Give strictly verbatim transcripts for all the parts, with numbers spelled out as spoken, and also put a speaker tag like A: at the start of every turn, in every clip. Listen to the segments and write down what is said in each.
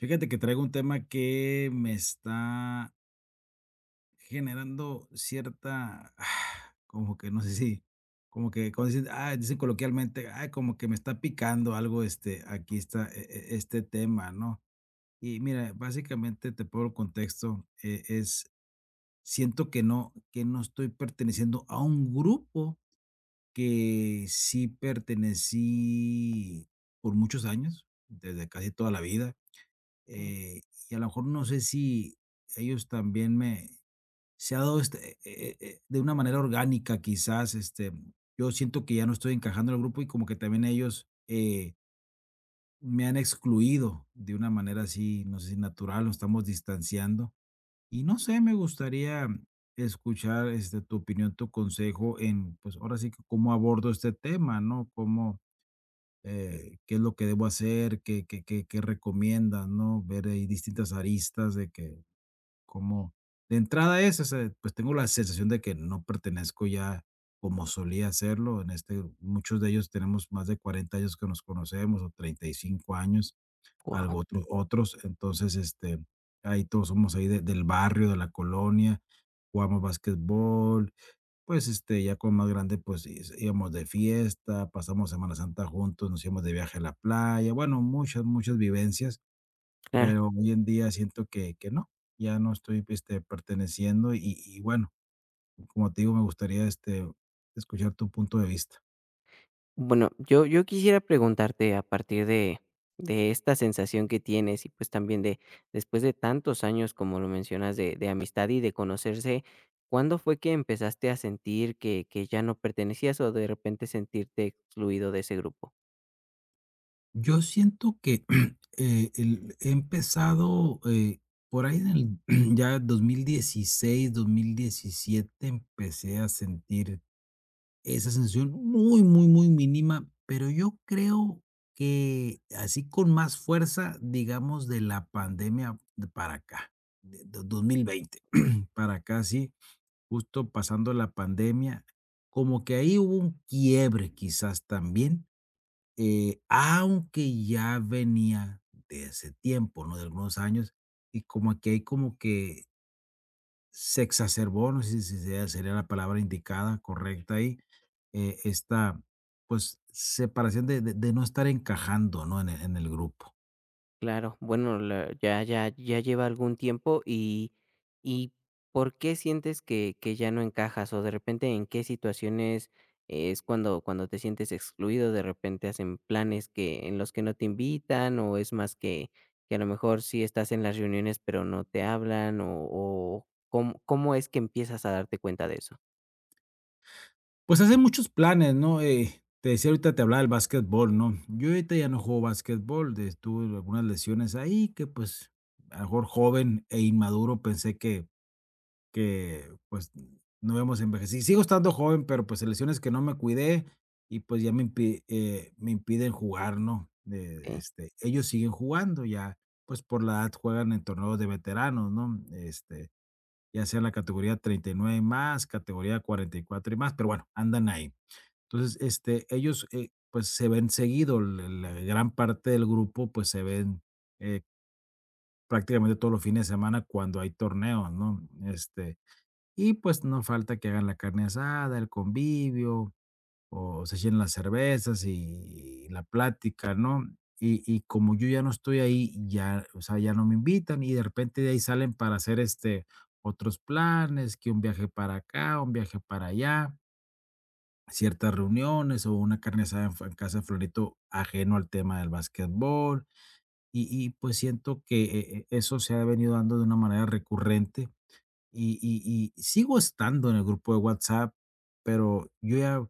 A: Fíjate que traigo un tema que me está generando cierta, ah, como que no sé si, como que como dicen, ah, dicen coloquialmente, ah, como que me está picando algo este, aquí está e- e- este tema, ¿no? Y mira, básicamente te pongo el contexto, eh, es, siento que no, que no estoy perteneciendo a un grupo que sí pertenecí por muchos años, desde casi toda la vida,
B: Wow.
A: eh, y a lo mejor no sé si ellos también me se ha dado este, eh, eh, eh, de una manera orgánica quizás, este, yo siento que ya no estoy encajando en el grupo y como que también ellos, eh, me han excluido de una manera así, no sé si natural, nos estamos distanciando. Y no sé, me gustaría escuchar, este, tu opinión, tu consejo en, pues ahora sí que cómo abordo este tema, ¿no? Cómo, eh, qué es lo que debo hacer, qué, qué, qué, qué recomiendan, ¿no? Ver ahí distintas aristas de que, cómo, de entrada es, ese, pues tengo la sensación de que no pertenezco ya como solía hacerlo, en este, muchos de ellos tenemos más de cuarenta años que nos conocemos, o treinta y cinco años, algo otro- otros, entonces, este, ahí todos somos ahí de- del barrio, de la colonia, jugamos básquetbol, pues, este, ya como más grande, pues, sí, íbamos de fiesta, pasamos Semana Santa juntos, nos íbamos de viaje a la playa, bueno, muchas, muchas vivencias, pero hoy en día siento que que no, ya no estoy, este, perteneciendo, y y bueno, como te digo, me gustaría, este, escuchar tu punto de vista.
B: Bueno, yo yo quisiera preguntarte a partir de de esta sensación que tienes y, pues, también de después de tantos años, como lo mencionas, de de amistad y de conocerse, ¿cuándo fue que empezaste a sentir que que ya no pertenecías o de repente sentirte excluido de ese grupo?
A: Yo siento que, eh, el he empezado, eh, por ahí en el ya dos mil dieciséis, dos mil diecisiete empecé a sentir esa sensación muy, muy, muy mínima, pero yo creo que así con más fuerza, digamos, de la pandemia de para acá, de do dos mil veinte para acá, sí, justo pasando la pandemia, como que ahí hubo un quiebre quizás también, eh, aunque ya venía de ese tiempo, ¿no?, de algunos años, y como que hay como que se exacerbó, no sé si sea sería la palabra indicada, correcta ahí, eh, esta, pues, separación de de de no estar encajando, ¿no?, en el en el grupo.
B: Claro, bueno, la- ya, ya, ya lleva algún tiempo y, y ¿por qué sientes que, que ya no encajas? O de repente, ¿en qué situaciones es cuando, cuando te sientes excluido? De repente hacen planes que, en los que no te invitan, o es más que, que a lo mejor sí estás en las reuniones, pero no te hablan, o, o ¿cómo, cómo es que empiezas a darte cuenta de eso?
A: Pues, hacer muchos planes, ¿no?, eh, te decía ahorita, te hablaba del básquetbol, ¿no? Yo ahorita ya no juego básquetbol, de tuve algunas lesiones ahí que, pues, a lo mejor joven e inmaduro pensé que que, pues, no hemos envejecido. Sigo estando joven, pero, pues, lesiones que no me cuidé y, pues, ya me impi eh, me impiden jugar, ¿no? Eh,
B: Ok,
A: este, ellos siguen jugando ya, pues, por la edad juegan en torneos de veteranos, ¿no? Este, ya sea en la categoría treinta y nueve y más, categoría cuarenta y cuatro y cuatro y más, pero bueno, andan ahí. Entonces, este, ellos, eh, pues, se ven seguido, la la gran parte del grupo, pues, se ven, eh, prácticamente todos los fines de semana cuando hay torneos, ¿no? Este y pues no falta que hagan la carne asada, el convivio, o se llenen las cervezas y la plática, ¿no? Y, y como yo ya no estoy ahí, ya, o sea, ya no me invitan, y de repente de ahí salen para hacer este otros planes, que un viaje para acá, un viaje para allá, ciertas reuniones o una carne asada en, fu- en casa de Florito ajeno al tema del básquetbol. Y, y pues siento que eh, eh, eso se ha venido dando de una manera recurrente, y y y sigo estando en el grupo de WhatsApp, pero yo ya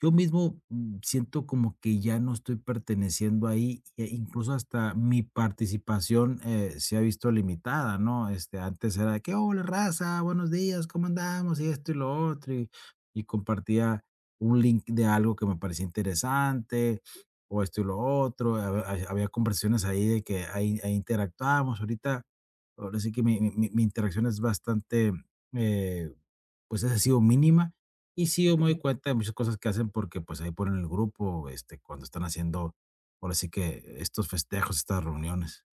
A: yo mismo, mm, siento como que ya no estoy perteneciendo ahí, e incluso hasta mi participación, eh, se ha visto limitada, ¿no? Este, antes era de que, hola raza, buenos días, ¿cómo andamos? Y esto y lo otro, y, y compartía un link de algo que me parecía interesante, o esto y lo otro, hab- ha- había conversaciones ahí de que ahí, ahí interactuábamos, ahorita, ahora sí que mi, mi- mi- mi interacción es bastante, eh, pues ha sido mínima, y sí, yo me doy
B: ok.
A: cuenta de muchas cosas que hacen porque, pues, ahí ponen el grupo, este, cuando están haciendo, ahora sí que estos festejos, estas reuniones.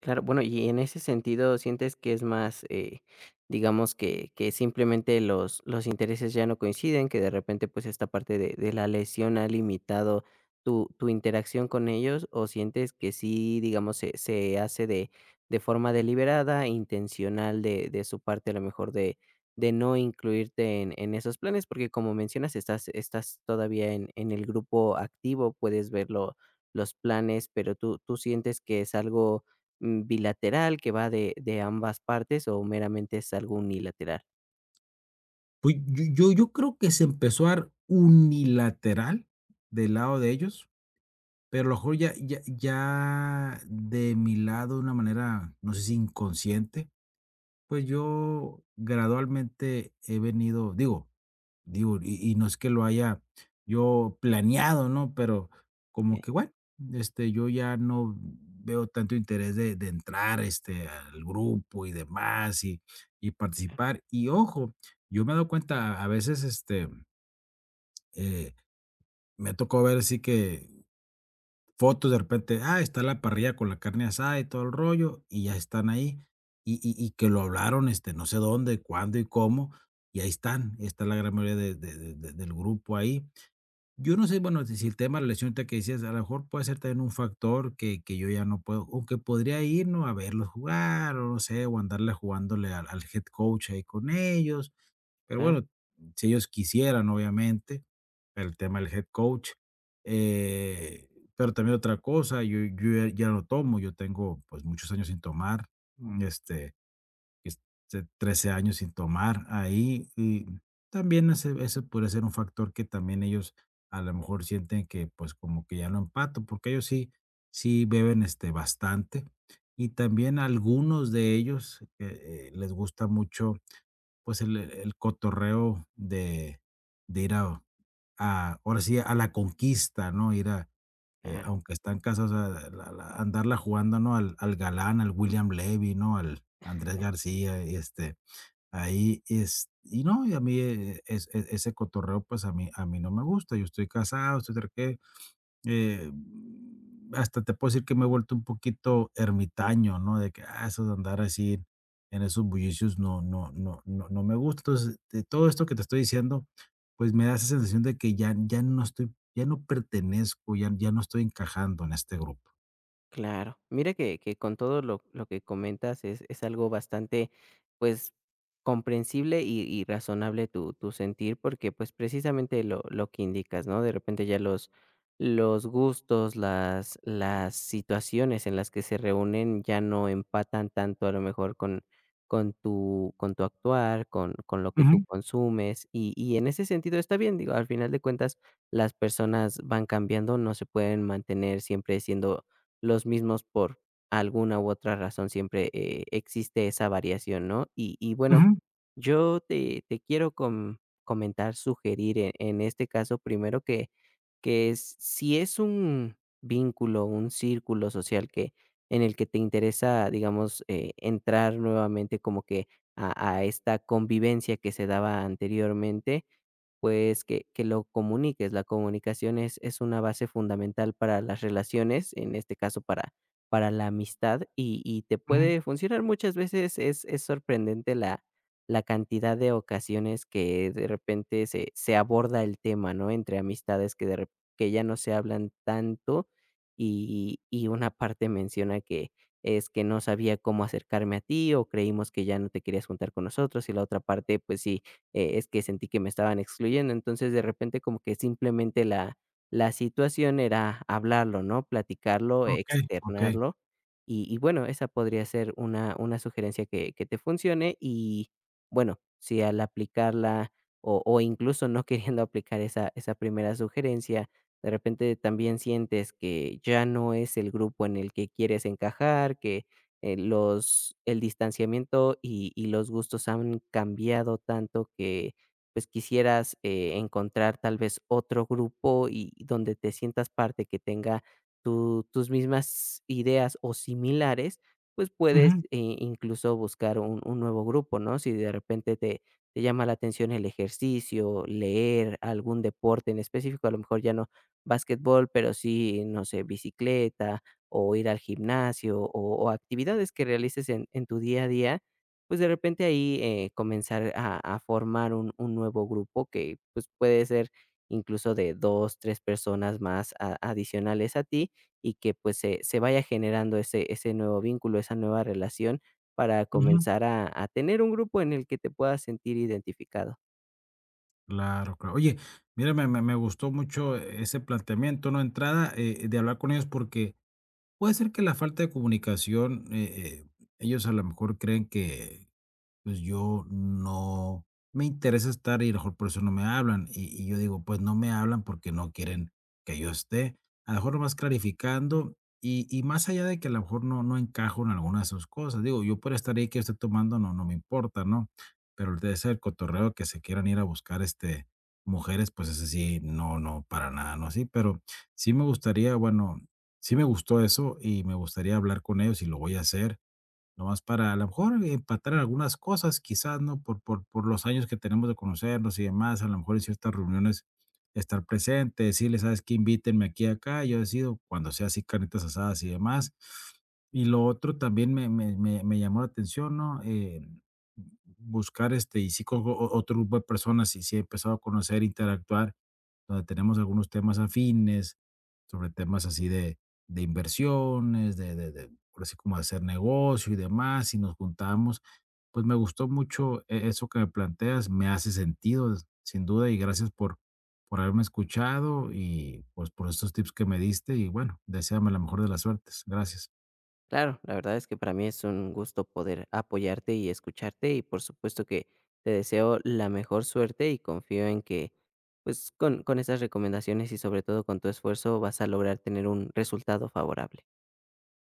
B: Claro, bueno, y en ese sentido, ¿sientes que es más, eh, digamos, que que simplemente los los intereses ya no coinciden, que de repente, pues, esta parte de de la lesión ha limitado tu tu interacción con ellos, o sientes que sí, digamos, se se hace de de forma deliberada, intencional de de su parte, a lo mejor de de no incluirte en en esos planes? Porque, como mencionas, estás estás todavía en en el grupo activo, puedes ver lo los planes, pero, ¿tú tú sientes que es algo mm, bilateral que va de de ambas partes o meramente es algo unilateral?
A: Pues, yo yo yo creo que se empezó a dar unilateral del lado de ellos, pero a lo mejor ya ya ya de mi lado, de una manera, no sé si inconsciente, pues, yo gradualmente he venido digo Digo, y y no es que lo haya yo planeado, ¿no? Pero como
B: Okey.
A: que, bueno, este, yo ya no veo tanto interés de de entrar, este, al grupo y demás, y y participar. Y ojo, yo me he dado cuenta, a veces, este, eh, me tocó ver así que fotos de repente, ah, está la parrilla con la carne asada y todo el rollo, y ya están ahí, y y y que lo hablaron, este, no sé dónde, cuándo y cómo, y ahí están, está la gran mayoría de de de de del grupo ahí. Yo no sé, bueno, si el tema de la lesión que decías, a lo mejor puede ser también un factor que que yo ya no puedo, aunque podría ir, ¿no?, a verlos jugar, o no sé, o andarle jugándole al al head coach ahí con ellos, pero
B: Claro,
A: bueno, si ellos quisieran, obviamente, el tema del head coach, eh, pero también otra cosa, yo yo ya ya no tomo, yo tengo, pues, muchos años sin tomar, este este, trece años sin tomar ahí, y también ese ese puede ser un factor que también ellos a lo mejor sienten que, pues, como que ya no empato, porque ellos sí, sí beben, este, bastante. Y también algunos de ellos, eh eh, les gusta mucho, pues, el el cotorreo de de ir a a ahora sí, a la conquista, ¿no? Ir a, eh,
B: claro.
A: aunque están casados, a la la andarla jugando, ¿no? Al al galán, al William Levy, ¿no? Al Andrés García, y este ahí es y no, y a mí, eh, es e ese cotorreo, pues, a mí a mí no me gusta. Yo estoy casado, estoy tranquilo, eh, hasta te puedo decir que me he vuelto un poquito ermitaño, ¿no? De que, ah, eso de andar así en esos bullicios no, no, no, no, no me gusta. Entonces, de todo esto que te estoy diciendo, pues, me da esa sensación de que ya ya no estoy, ya no pertenezco, ya ya no estoy encajando en este grupo.
B: Claro. Mira que que con todo lo lo que comentas es es algo bastante, pues, comprensible y y razonable tu tu sentir, porque, pues, precisamente lo lo que indicas, ¿no? De repente ya los los gustos, las las situaciones en las que se reúnen ya no empatan tanto a lo mejor con con tu con tu actuar, con con lo que tú consumes, y y en ese sentido está bien, digo, al final de cuentas, las personas van cambiando, no se pueden mantener siempre siendo los mismos por alguna u otra razón, siempre, eh, existe esa variación, ¿no? Y y bueno,
A: Ujú.
B: yo te te quiero com comentar, sugerir e en este caso, primero que que s si es un vínculo, un círculo social que en el que te interesa, digamos, eh, entrar nuevamente como que a a esta convivencia que se daba anteriormente, pues, que que lo comuniques. La comunicación es es una base fundamental para las relaciones, en este caso, para para la amistad, y y te puede funcionar. Muchas veces es es sorprendente la la cantidad de ocasiones que de repente se se aborda el tema, ¿no?, entre amistades que de rep que ya no se hablan tanto, y y una parte menciona que es que no sabía cómo acercarme a ti, o creímos que ya no te querías juntar con nosotros, y la otra parte, pues sí, eh, es que sentí que me estaban excluyendo. Entonces, de repente, como que simplemente la la situación era hablarlo, ¿no? Platicarlo,
A: Okey, okey.
B: externarlo. Y y bueno, esa podría ser una una sugerencia que que te funcione. Y bueno, si al aplicarla o o incluso no queriendo aplicar esa esa primera sugerencia, de repente también sientes que ya no es el grupo en el que quieres encajar, que eh, los el distanciamiento y y los gustos han cambiado tanto que, pues, quisieras, eh, encontrar tal vez otro grupo y y donde te sientas parte, que tenga tu tus mismas ideas o similares, pues, puedes,
A: Ujú,
B: eh, incluso buscar un un nuevo grupo, ¿no? Si de repente te te llama la atención el ejercicio, leer, algún deporte en específico, a lo mejor ya no basquetbol, pero sí, no sé, bicicleta, o ir al gimnasio o o actividades que realices en en tu día a día, pues, de repente ahí, eh, comenzar a a formar un un nuevo grupo que, pues, puede ser incluso de dos tres personas más a adicionales a ti y que, pues, se se vaya generando ese ese nuevo vínculo, esa nueva relación para
A: ujú.
B: comenzar a a tener un grupo en el que te puedas sentir identificado.
A: Claro, claro. Oye, mira, me, me- me gustó mucho ese planteamiento, ¿no? Entrada, eh, de hablar con ellos porque puede ser que la falta de comunicación, eh, eh, ellos a lo mejor creen que, pues yo no me interesa estar y a lo mejor por eso no me hablan. Y y yo digo, pues no me hablan porque no quieren que yo esté. A lo mejor nomás clarificando y y más allá de que a lo mejor no no encajo en alguna de sus cosas. Digo, yo por estar ahí que esté tomando no no me importa, ¿no? Pero debe ser el cotorreo que se quieran ir a buscar, este, mujeres, pues ese sí, no, no, para nada, no así. Pero sí me gustaría, bueno, sí me gustó eso y me gustaría hablar con ellos y lo voy a hacer. Nomás para a lo mejor empatar en algunas cosas, quizás, ¿no? Por por por los años que tenemos de conocernos y demás, a lo mejor en ciertas reuniones estar presente, decirle: "¿Sabes qué? Invítenme aquí, y acá, yo decido", cuando sea así carnitas asadas y demás. Y lo otro también me me me me llamó la atención, ¿no? Eh, buscar, este, y sí con o otro grupo de personas, y sí he empezado a conocer, interactuar, donde tenemos algunos temas afines, sobre temas así de de inversiones, de de de por así como hacer negocio y demás, y nos juntamos. Pues me gustó mucho e- eso que me planteas, me hace sentido, des- sin duda, y gracias por, por haberme escuchado y pues por estos tips que me diste. Y bueno, deséame la mejor de las suertes. Gracias.
B: Claro, la verdad es que para mí es un gusto poder apoyarte y escucharte y por supuesto que te deseo la mejor suerte y confío en que pues con, con esas recomendaciones y sobre todo con tu esfuerzo vas a lograr tener un resultado favorable.